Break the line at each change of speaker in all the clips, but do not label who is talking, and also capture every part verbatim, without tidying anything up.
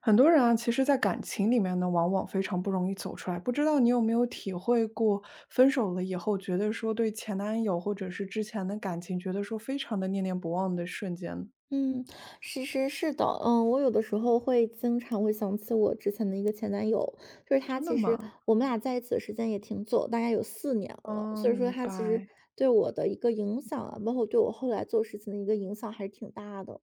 很多人啊，其实，在感情里面呢，往往非常不容易走出来。不知道你有没有体会过，分手了以后，觉得说对前男友或者是之前的感情，觉得说非常的念念不忘的瞬间？
嗯，其实是的，嗯，我有的时候会经常会想起我之前的一个前男友，就是他
真
其
的
实
吗？
我们俩在一起的时间也挺久，大概有四年了，
哦，
所以说
明
他其实
白。
对我的一个影响啊，包括对我后来做事情的一个影响还是挺大的。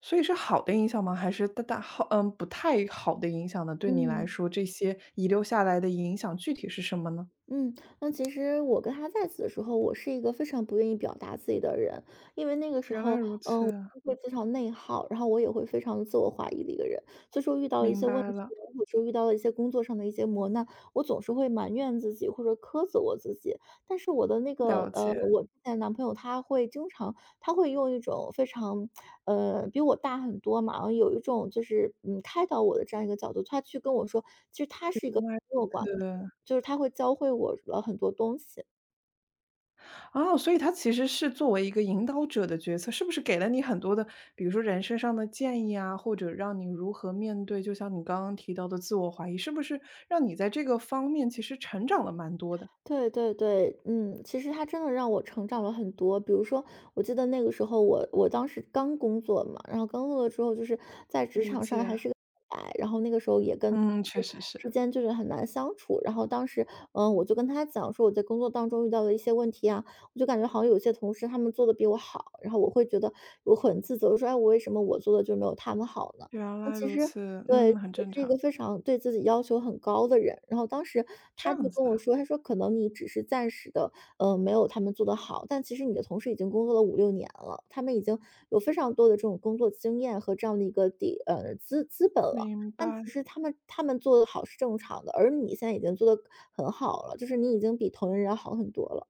所以是好的影响吗？还是大大好，嗯，不太好的影响呢？对你来
嗯
说，这些遗留下来的影响具体是什么呢？
嗯，那其实我跟他在一起的时候，我是一个非常不愿意表达自己的人，因为那个时
原来
候
如此，
会非常内耗，然后我也会非常自我怀疑的一个人。所以说遇到一
明
些问
白
题，
了，
或者说遇到了一些工作上的一些磨难，我总是会埋怨自己或者苛责我自己。但是我的那个
了
呃，
解，
我之前的男朋友他会经常，他会用一种非常呃比我大很多嘛，然后有一种就是嗯开导我的这样一个角度，他去跟我说，其实他是一个很乐观的
是。
人，就是他会教会我了很多东西。
哦，所以他其实是作为一个引导者的角色，是不是给了你很多的，比如说人生上的建议啊，或者让你如何面对，就像你刚刚提到的自我怀疑，是不是让你在这个方面其实成长了蛮多的？
对对对，嗯，其实他真的让我成长了很多。比如说，我记得那个时候我我当时刚工作嘛，然后刚工作之后就是在职
理
场上还
解，
是个小白，然后那个时候也跟
嗯，确实是，
之间就是很难相处。然后当时，嗯，我就跟他讲说我在工作当中遇到的一些问题啊，我就感觉好像有些同事他们做的比我好，然后我会觉得我很自责，说哎，我为什么我做的就没有他们好呢？
原
那
来
其
如
实
此，
对，
嗯，很
我
正
是一
常，
个非常对自己要求很高的人，然后当时
这
他就
样
跟
子
我
啊，
说，他说可能你只是暂时的，呃，没有他们做得好，但其实你的同事已经工作了五六年了，他们已经有非常多的这种工作经验和这样的一个底，呃，资资本了。
明
但
白。
其实他们他们做得好是正常的，而你现在已经做得很好了，就是你已经比同龄人要好很多了。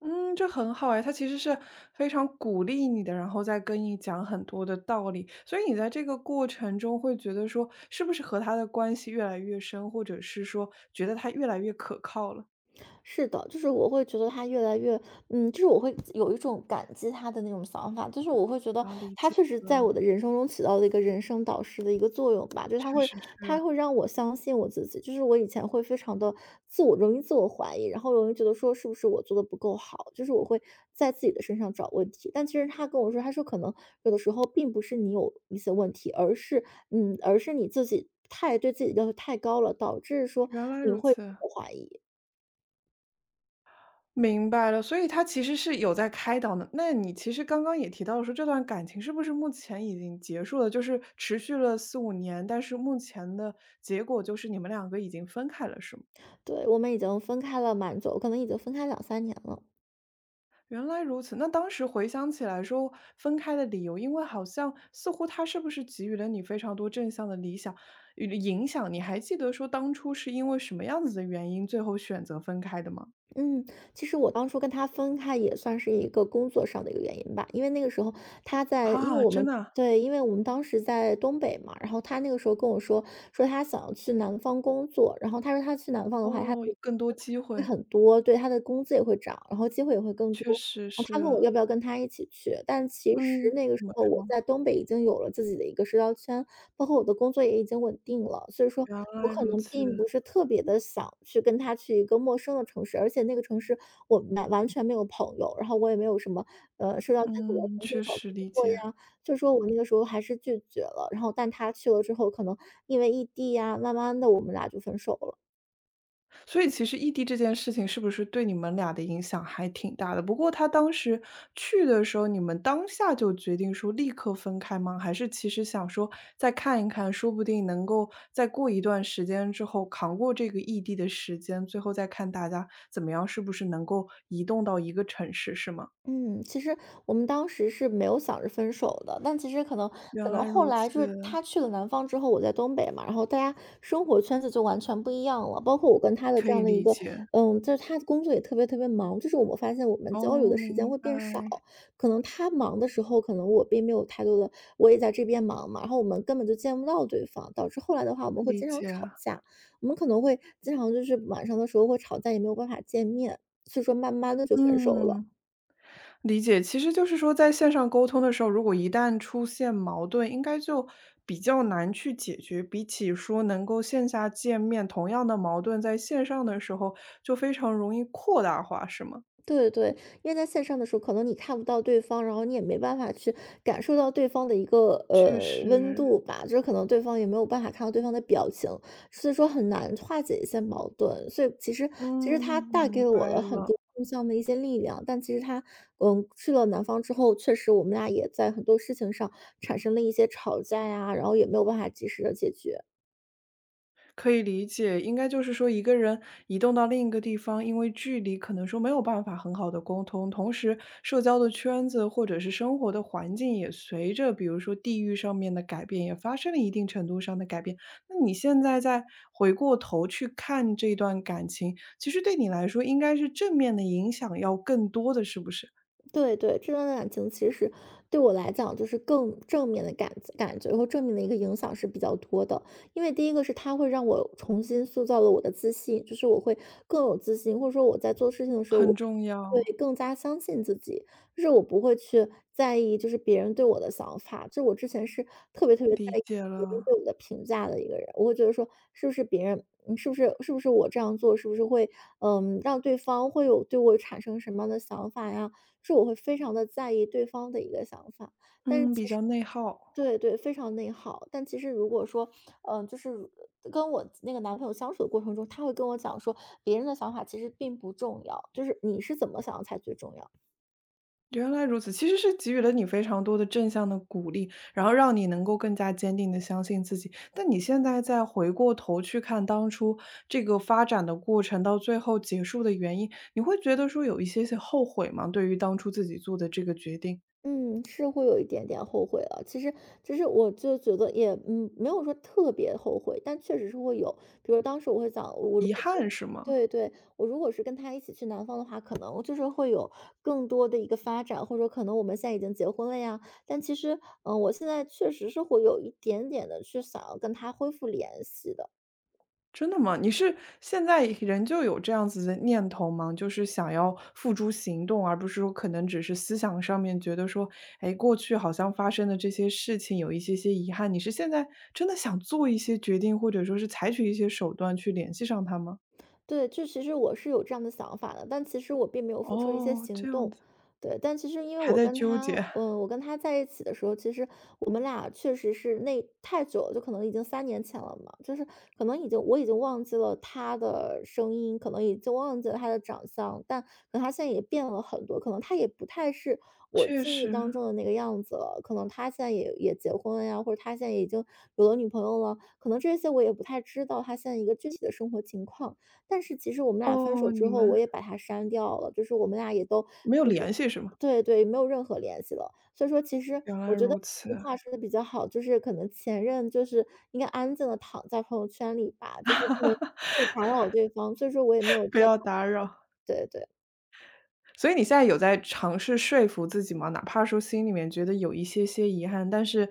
嗯，这很好哎，他其实是非常鼓励你的，然后再跟你讲很多的道理，所以你在这个过程中会觉得说，是不是和他的关系越来越深，或者是说觉得他越来越可靠了？
是的，就是我会觉得他越来越，嗯，就是我会有一种感激他的那种想法，就是我会觉得
啊，理
他
解
确实在
了，
我的人生中起到了一个人生导师的一个作用吧，就是他
确
会
实是，
他会让我相信我自己，就是我以前会非常的自我容易自我怀疑，然后容易觉得说是不是我做的不够好，就是我会在自己的身上找问题，但其实他跟我说，他说可能有的时候并不是你有一些问题，而是嗯，而是你自己太对自己要求太高了，导致说
原来
你
如
会自
此，
我怀疑。
明白了。所以他其实是有在开导的。那你其实刚刚也提到说，这段感情是不是目前已经结束了？就是持续了四五年，但是目前的结果就是你们两个已经分开了，是吗？
对，我们已经分开了蛮久，可能已经分开两三年了。
原来如此，那当时回想起来说分开的理由，因为好像似乎他是不是给予了你非常多正向的理想与影响？你还记得说当初是因为什么样子的原因，最后选择分开的吗？
嗯，其实我当初跟他分开也算是一个工作上的一个原因吧，因为那个时候他在因为
啊，
我
真
们
的啊
对，因为我们当时在东北嘛，然后他那个时候跟我说，说他想要去南方工作，然后他说他去南方的话，他的
哦，更多机
会
会，
很多，对，他的工资也会涨，然后机会也会更
确
多。
实
然后他问我
是，
要不要跟他一起去，但其实
嗯，
那个时
怎么
候我
说？
在东北已经有了自己的一个社交圈，包括我的工作也已经稳定了，所以说
原
我
来
可
如
能
此，
并不是特别的想去跟他去一个陌生的城市，而且那个城市我完完全没有朋友，然后我也没有什么，呃，社交圈子，我要
嗯，
重新
确
找工
实理
作
解。
呀，就说我那个时候还是拒绝了，然后但他去了之后，可能因为异地呀，慢慢的我们俩就分手了。
所以其实异地这件事情是不是对你们俩的影响还挺大的？不过他当时去的时候，你们当下就决定说立刻分开吗？还是其实想说再看一看，说不定能够再过一段时间之后扛过这个异地的时间，最后再看大家怎么样，是不是能够移动到一个城市，是吗？
嗯，其实我们当时是没有想着分手的，但其实可能
原
可能
来
后
如此，
来就是他去了南方之后，我在东北嘛，然后大家生活圈子就完全不一样了。包括我跟他的这
可以
样的一
理
个，
解。
嗯，就是他的工作也特别特别忙，就是我们发现我们交流
哦，
的时间
明
会变少。
白，
可能他忙的时候，可能我并没有太多的，我也在这边忙嘛，然后我们根本就见不到对方，导致后来的话，我们会
理
经常吵
解。
架，我们可能会经常就是晚上的时候会吵架，也没有办法见面，所以说慢慢的就分手了。
嗯。理解，其实就是说，在线上沟通的时候，如果一旦出现矛盾，应该就比较难去解决。比起说能够线下见面，同样的矛盾在线上的时候就非常容易扩大化，是吗？
对对对，因为在线上的时候，可能你看不到对方，然后你也没办法去感受到对方的一个
确
呃温
实，
度吧，就是可能对方也没有办法看到对方的表情，所以说很难化解一些矛盾。所以其实
嗯，
其实他带给
明
了我
白
了很
了。
多正向的一些力量，但其实他嗯去了南方之后，确实我们俩也在很多事情上产生了一些吵架呀，然后也没有办法及时的解决。
可以理解，应该就是说一个人移动到另一个地方，因为距离可能说没有办法很好的沟通，同时社交的圈子或者是生活的环境也随着比如说地域上面的改变，也发生了一定程度上的改变。那你现在再回过头去看这段感情，其实对你来说应该是正面的影响要更多的是不是？
对对，这段感情其实对我来讲，就是更正面的感感觉和正面的一个影响是比较多的。因为第一个是它会让我重新塑造了我的自信，就是我会更有自信，或者说我在做事情的时候，
很
我
重
会
要，
更加相信自己，就是我不会去在意就是别人对我的想法，就我之前是特别特别在
理
意
解
别人对
了，
我的评价的一个人，我会觉得说是不是别人。嗯是不是是不是我这样做，是不是会嗯让对方会有对我产生什么样的想法呀？是我会非常的在意对方的一个想法，
嗯，比较内耗。
对对，非常内耗。但其实如果说，嗯，就是跟我那个男朋友相处的过程中，他会跟我讲说，别人的想法其实并不重要，就是你是怎么想才最重要。
原来如此，其实是给予了你非常多的正向的鼓励，然后让你能够更加坚定的相信自己。但你现在再回过头去看当初这个发展的过程，到最后结束的原因，你会觉得说有一些些后悔吗？对于当初自己做的这个决定，
嗯，是会有一点点后悔了。其实，其实我就觉得也，嗯，没有说特别后悔，但确实是会有。比如当时我会想，我如
遗
果说
憾是吗？
对对，我如果是跟他一起去南方的话，可能就是会有更多的一个发展，或者说可能我们现在已经结婚了呀。但其实，嗯，我现在确实是会有一点点的去想要跟他恢复联系的。
真的吗？你是现在人就有这样子的念头吗？就是想要付诸行动，而不是说可能只是思想上面觉得说，哎，过去好像发生的这些事情有一些些遗憾，你是现在真的想做一些决定，或者说是采取一些手段去联系上他吗？
对，就其实我是有这样的想法的，但其实我并没有付出一些
哦，
行
这样
动。
子，
对，但其实因为
还
我
在
跟
纠
他，
结，
嗯，我跟他在一起的时候，其实我们俩确实是那太久了，就可能已经三年前了嘛，就是可能已经我已经忘记了他的声音，可能已经忘记了他的长相，但可能他现在也变了很多，可能他也不太是 我
确
记忆
实。
当中的那个样子了，可能他现在也也结婚了呀，或者他现在已经有了女朋友了，可能这些我也不太知道他现在一个具体的生活情况。但是其实我们俩分手
哦，
之
你
后，我
们
也把他删掉了，就是我们俩也都
没有
就是
联系是吗？
对对，没有任何联系了。所以说，其实
原来
我觉得
如此，
有句话说的比较好，就是可能前任就是应该安静的躺在朋友圈里吧，就是不能去打扰对方。所以说我也没有
不
再打
要打扰。
对对。
所以你现在有在尝试说服自己吗？哪怕说心里面觉得有一些些遗憾，但是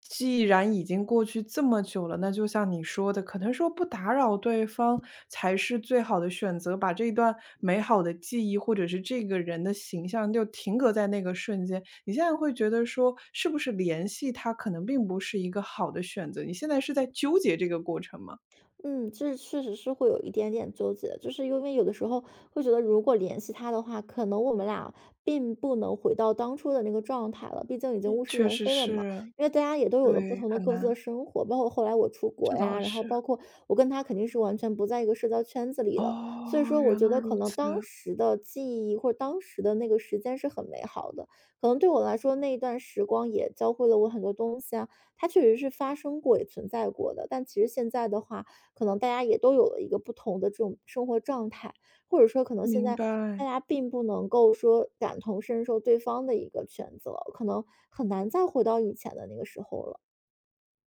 既然已经过去这么久了，那就像你说的，可能说不打扰对方才是最好的选择，把这段美好的记忆或者是这个人的形象就停格在那个瞬间。你现在会觉得说，是不是联系他可能并不是一个好的选择？你现在是在纠结这个过程吗？
嗯，这确实是会有一点点纠结，就是因为有的时候会觉得，如果联系他的话，可能我们俩并不能回到当初的那个状态了，毕竟已经
嗯
物是
确
人
实
非了嘛。
是，
因为大家也都有了不
对，
同的
很
各自的
难，
生活，包括后来我出国
这倒
呀，然后包
是。
括我跟他肯定是完全不在一个社交圈子里了。所以
哦，
说，我
原
觉
来
得可
如
能
此。
当时的记忆或者当时的那个时间是很美好的，可能对我来说那一段时光也教会了我很多东西啊。它确实是发生过，也存在过的，但其实现在的话。可能大家也都有了一个不同的这种生活状态，或者说可能现
明
在大
白，
家并不能够说感同身受对方的一个选择，可能很难再回到以前的那个时候了。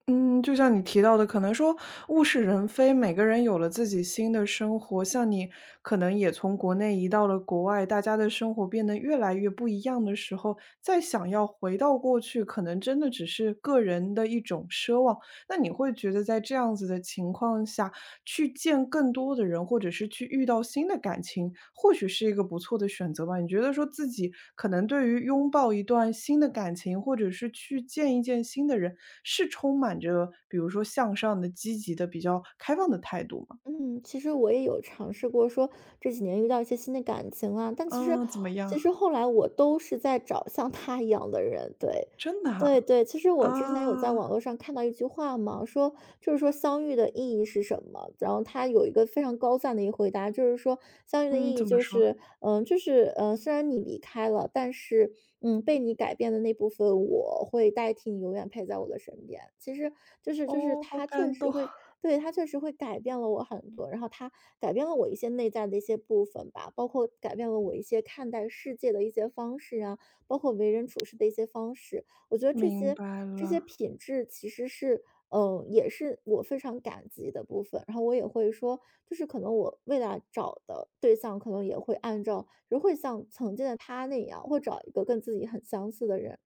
嗯，就像你提到的，可能说物是人非，每个人有了自己新的生活。像你可能也从国内移到了国外，大家的生活变得越来越不一样的时候，再想要回到过去，可能真的只是个人的一种奢望。那你会觉得在这样子的情况下，去见更多的人，或者是去遇到新的感情，或许是一个不错的选择吧？你觉得说自己可能对于拥抱一段新的感情，或者是去见一见新的人，是充满着比如说向上的、积极的、比较开放的态度吗？
嗯，其实我也有尝试过说，这几年遇到一些新的感情啊，但其实
嗯，怎么
其
样？
实后来我都是在找像他一样的人，对。
真的
对
啊？
对，其实我之前有在
啊，
网络上看到一句话嘛，说就是说相遇的意义是什么？然后他有一个非常高赞的一个回答，就是说相遇的
嗯，
意义
怎么
就
说？
是，嗯，就是嗯，虽然你离开了，但是嗯，被你改变的那部分我会代替你永远陪在我的身边。其实就是就是
哦，好
他确
感
实
动，
会对，他确实会改变了我很多，然后他改变了我一些内在的一些部分吧，包括改变了我一些看待世界的一些方式啊，包括为人处事的一些方式。我觉得这
明
些
白
这些
了。
品质其实是，嗯，也是我非常感激的部分。然后我也会说，就是可能我未来找的对象，可能也会按照，就会像曾经的他那样，会找一个跟自己很相似的人。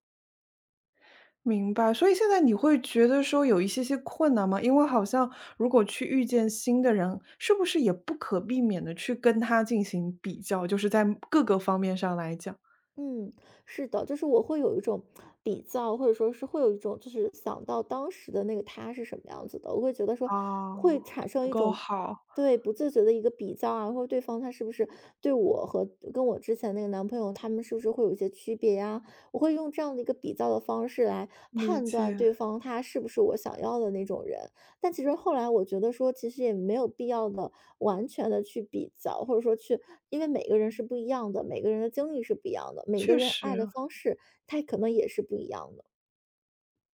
明白，所以现在你会觉得说有一些些困难吗？因为好像如果去遇见新的人，是不是也不可避免的去跟他进行比较，就是在各个方面上来讲。
嗯，是的，就是我会有一种比较，或者说是会有一种，就是想到当时的那个他是什么样子的，我会觉得说会
啊，
产生
不
一
够
种
好，
对不自觉的一个比较啊，或者对方他是不是对我和跟我之前那个男朋友他们是不是会有一些区别呀？我会用这样的一个比较的方式来
理
判断
解，
对方他是不是我想要的那种人。但其实后来我觉得说，其实也没有必要的完全的去比较，或者说去，因为每个人是不一样的，每个人的经历是不一样的，每个
确
人爱的
实。
方式，他可能也是不一样的。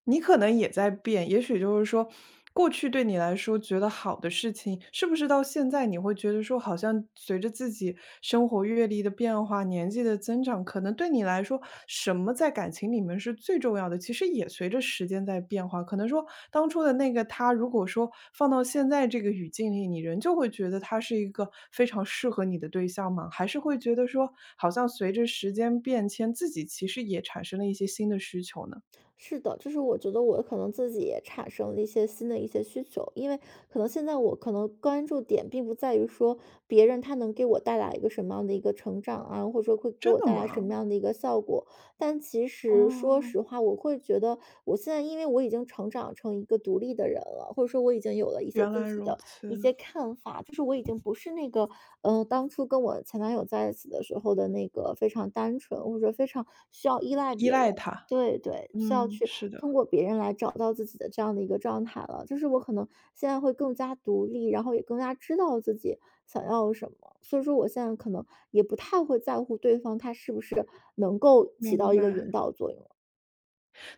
你可能也在变，也许就是说，过去对你来说觉得好的事情，是不是到现在你会觉得说，好像随着自己生活阅历的变化、年纪的增长，可能对你来说，什么在感情里面是最重要的，其实也随着时间在变化。可能说当初的那个他，如果说放到现在这个语境里，你仍旧会觉得他是一个非常适合你的对象吗？还是会觉得说，好像随着时间变迁，自己其实也产生了一些新的需求呢？
是的，就是我觉得我可能自己也产生了一些新的一些需求，因为可能现在我可能关注点并不在于说别人他能给我带来一个什么样的一个成长啊，或者说会给
真
我
的
带来什
吗？
么样的一个效果，但其实说
哦，
实话，我会觉得我现在因为我已经成长成一个独立的人了，或者说我已经有了一些
原
自
来
己
如
的一
此，
些看法，就是我已经不是那个呃当初跟我前男友在一起的时候的那个非常单纯，或者说非常需要依赖
依
别人。
赖他，
对对，需要
嗯，
去
是的，
通过别人来找到自己的这样的一个状态了。就是我可能现在会更加独立，然后也更加知道自己想要什么。所以说，我现在可能也不太会在乎对方他是不是能够起
明
到一个
白。
引导作用了。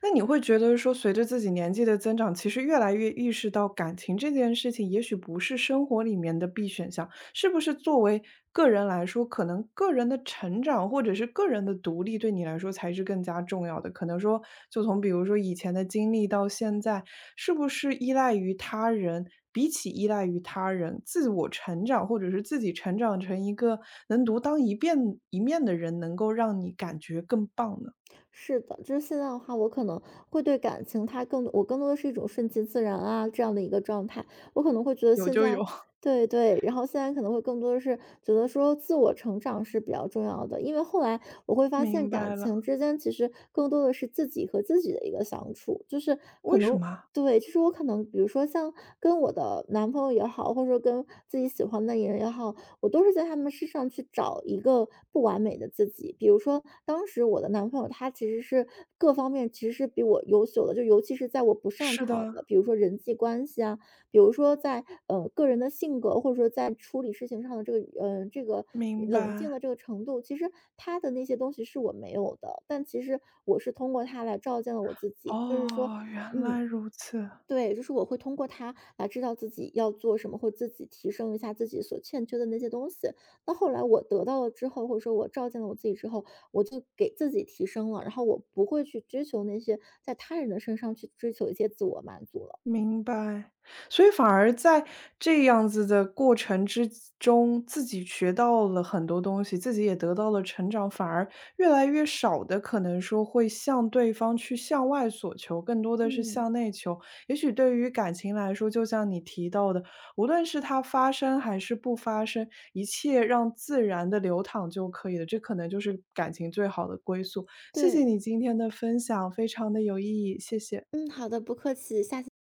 那你会觉得说，随着自己年纪的增长，其实越来越意识到感情这件事情，也许不是生活里面的必选项，是不是？作为个人来说，可能个人的成长或者是个人的独立，对你来说才是更加重要的。可能说，就从比如说以前的经历到现在，是不是依赖于他人，比起依赖于他人，自我成长或者是自己成长成一个能独当一面一面的人，能够让你感觉更棒呢？
是的，就是现在的话，我可能会对感情它更我更多的是一种顺其自然啊这样的一个状态。我可能会觉得
有
现
就
在
有，
对对，然后现在可能会更多的是觉得说自我成长是比较重要的，因为后来我会 发现
明
感
白了。
情之间其实更多的是自己和自己的一个相处，就是可
为什
能
么？
对，就是我可能比如说像跟我的男朋友也好，或者说跟自己喜欢的人也好，我都是在他们身上去找一个不完美的自己。比如说当时我的男朋友他其实是各方面其实是比我优秀的，就尤其是在我不擅
是
长
的，
的，比如说人际关系啊，比如说在呃个人的性格，或者说在处理事情上的这个呃这个
明
冷静
白。
的这个程度，其实他的那些东西是我没有的，但其实我是通过他来照见了我自己，就是
哦，
说，
原
嗯，
来如此。
对，就是我会通过他来知道自己要做什么，或自己提升一下自己所欠缺的那些东西。那后来我得到了之后，或者说我照见了我自己之后，我就给自己提升了，然后我不会去追求那些在他人的身上去追求一些自我满足了。
明白，所以反而在这样子的过程之中，自己学到了很多东西，自己也得到了成长，反而越来越少的可能说会向对方去向外索求，更多的是
嗯，
向内求。也许对于感情来说，就像你提到的，无论是它发生还是不发生，一切让自然的流淌就可以了。这可能就是感情最好的归宿。谢
对。
谢你今天的分享，非常的有意义，谢谢。
嗯，好的，不客气，下次。